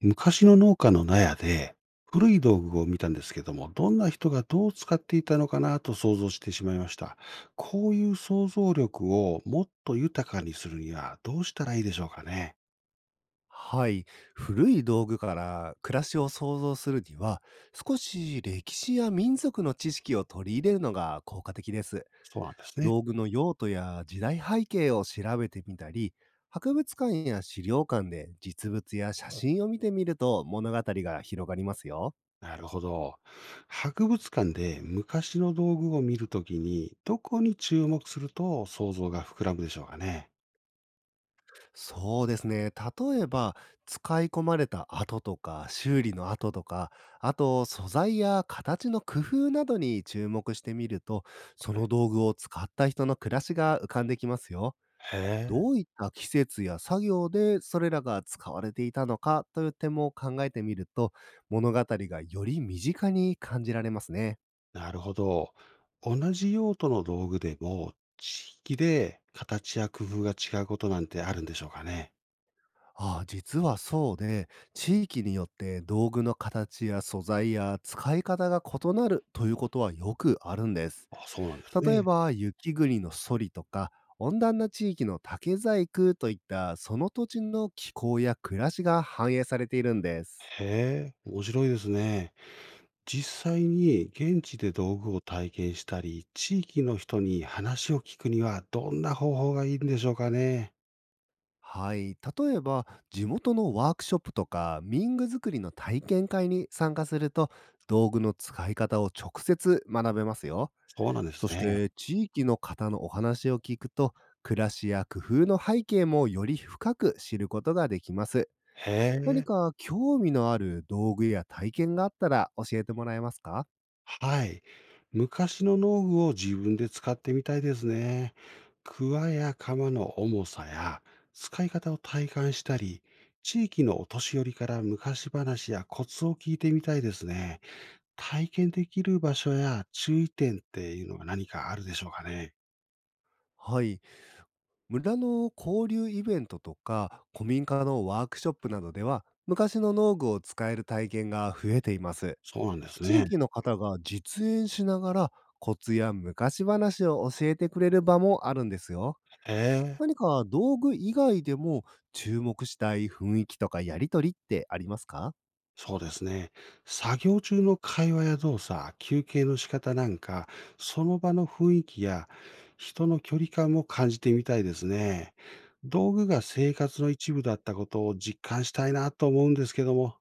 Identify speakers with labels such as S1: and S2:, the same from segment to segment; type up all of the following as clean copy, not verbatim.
S1: 昔の農家の納屋で古い道具を見たんですけども、どんな人がどう使っていたのかなと想像してしまいました。こういう想像力をもっと豊かにするにはどうしたらいいでしょうかね。
S2: はい。古い道具から暮らしを想像するには、少し歴史や民族の知識を取り入れるのが効果的です。
S1: そうなんですね。
S2: 道具の用途や時代背景を調べてみたり、博物館や資料館で実物や写真を見てみると物語が広がりますよ。
S1: なるほど。博物館で昔の道具を見るときに、どこに注目すると想像が膨らむでしょうかね。
S2: そうですね。例えば、使い込まれた跡とか、修理の跡とか、あと、素材や形の工夫などに注目してみると、そ
S1: は
S2: の
S1: い、
S2: 道具を使った人の暮らしが浮かんできますよ。
S1: へえ。
S2: どういった季節や作業でそれらが使われていたのかという点も考えてみると、物語がより身近に感じられますね。
S1: なるほど。同じ用途の道具でも、地域で形や工夫が違うことなんてあるんでしょうかね。
S2: ああ、実はそうで、地域によって道具の形や素材や使い方が異なるということはよくあるんです。
S1: あ、そうなんです
S2: 例え
S1: ね。
S2: ば、雪国のソリとか、温暖な地域の竹細工といったその土地の気候や暮らしが反映されているんです。
S1: へえ、面白いですね。実際に現地で道具を体験したり、地域の人に話を聞くにはどんな方法がいいんでしょうかね。
S2: はい、例えば地元のワークショップとか民具作りの体験会に参加すると、道具の使い方を直接学べますよ。
S1: そうなんで
S2: そ
S1: す
S2: し
S1: ね。
S2: て、地域の方のお話を聞くと、暮らしや工夫の背景もより深く知ることができます。
S1: へえ。
S2: 何か興味のある道具や体験があったら教えてもらえますか？
S1: はい。昔の農具を自分で使ってみたいですね。桑や鎌の重さや使い方を体感したり、地域のお年寄りから昔話やコツを聞いてみたいですね。体験できる場所や注意点っていうのは何かあるでしょうかね。
S2: はい。村の交流イベントとか、古民家のワークショップなどでは、昔の農具を使える体験が増えています。
S1: そうなんです
S2: 地
S1: ね。
S2: 域の方が実演しながら、コツや昔話を教えてくれる場もあるんですよ。
S1: へえ。
S2: 何か道具以外でも注目したい雰囲気とかやりとりってありますか？
S1: そうですね。作業中の会話や動作、休憩の仕方なんか、その場の雰囲気や人の距離感も感じてみたいですね。道具が生活の一部だったことを実感したいなと思うんですけども。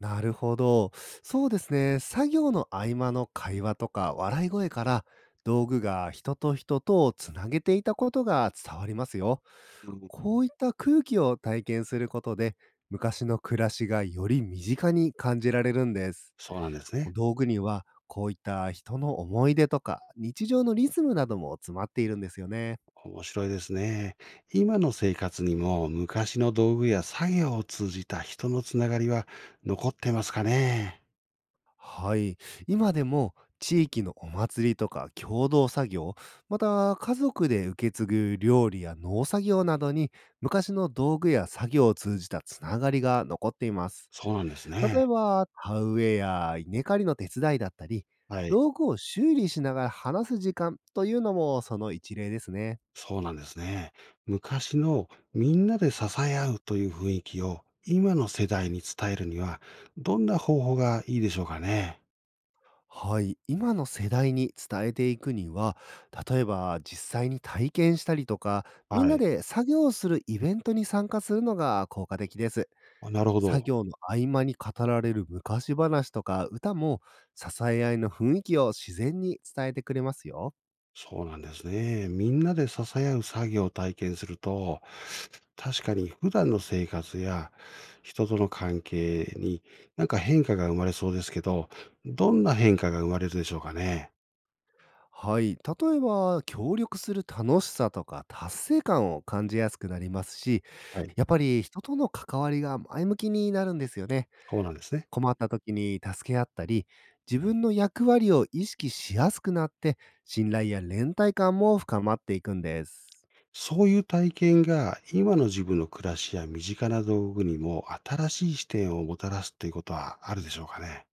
S2: なるほど。そうですね。作業の合間の会話とか笑い声から、道具が人と人とをつなげていたことが伝わりますよ。
S1: うん。
S2: こういった空気を体験することで、昔の暮らしがより身近に感じられるんです。
S1: そうなんです
S2: こう、
S1: ね。
S2: 道具にはこういった人の思い出とか、日常のリズムなども詰まっているんですよね。
S1: 面白いですね。今の生活にも昔の道具や作業を通じた人のつながりは残ってますかね。
S2: はい。今でも地域のお祭りとか共同作業、また家族で受け継ぐ料理や農作業などに、昔の道具や作業を通じたつながりが残っています。
S1: そうなんです
S2: 例
S1: ね。
S2: えば、田植えや稲刈りの手伝いだったり、
S1: はい。
S2: 道具を修理しながら話す時間というのも、その一例ですね。
S1: そうなんですね。昔のみんなで支え合うという雰囲気を今の世代に伝えるには、どんな方法がいいでしょうかね。
S2: はい、今の世代に伝えていくには、例えば実際に体験したりとか、みん
S1: は
S2: な
S1: い。
S2: で作業をするイベントに参加するのが効果的です。
S1: あ、なるほ
S2: 作
S1: ど。
S2: 業の合間に語られる昔話とか歌も、支え合いの雰囲気を自然に伝えてくれますよ。
S1: そうなんですね。みんなで支え合う作業を体験すると、確かに普段の生活や人との関係になんか変化が生まれそうですけど、どんな変化が生まれるでしょうかね。
S2: はい、例えば協力する楽しさとか達成感を感じやすくなりますし、
S1: はい。
S2: やっぱり人との関わりが前向きになるんですよね。
S1: そうなんですね。
S2: 困った時に助け合ったり、自分の役割を意識しやすくなって、信頼や連帯感も深まっていくんです。
S1: そういう体験が今の自分の暮らしや身近な道具にも新しい視点をもたらすということはあるでしょうかね？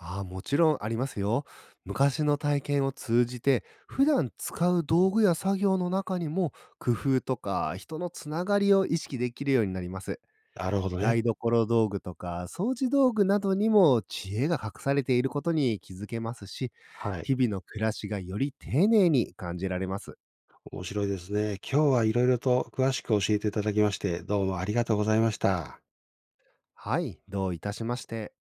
S2: ああ、もちろんありますよ。昔の体験を通じて、普段使う道具や作業の中にも、工夫とか人のつながりを意識できるようになります。
S1: なるほどね。
S2: 台所道具とか掃除道具などにも知恵が隠されていることに気づけますし、
S1: はい。
S2: 日々の暮らしがより丁寧に感じられます。
S1: 面白いですね。今日は色々と詳しく教えていただきまして、どうもありがとうございました。
S2: はい、どういたしまして。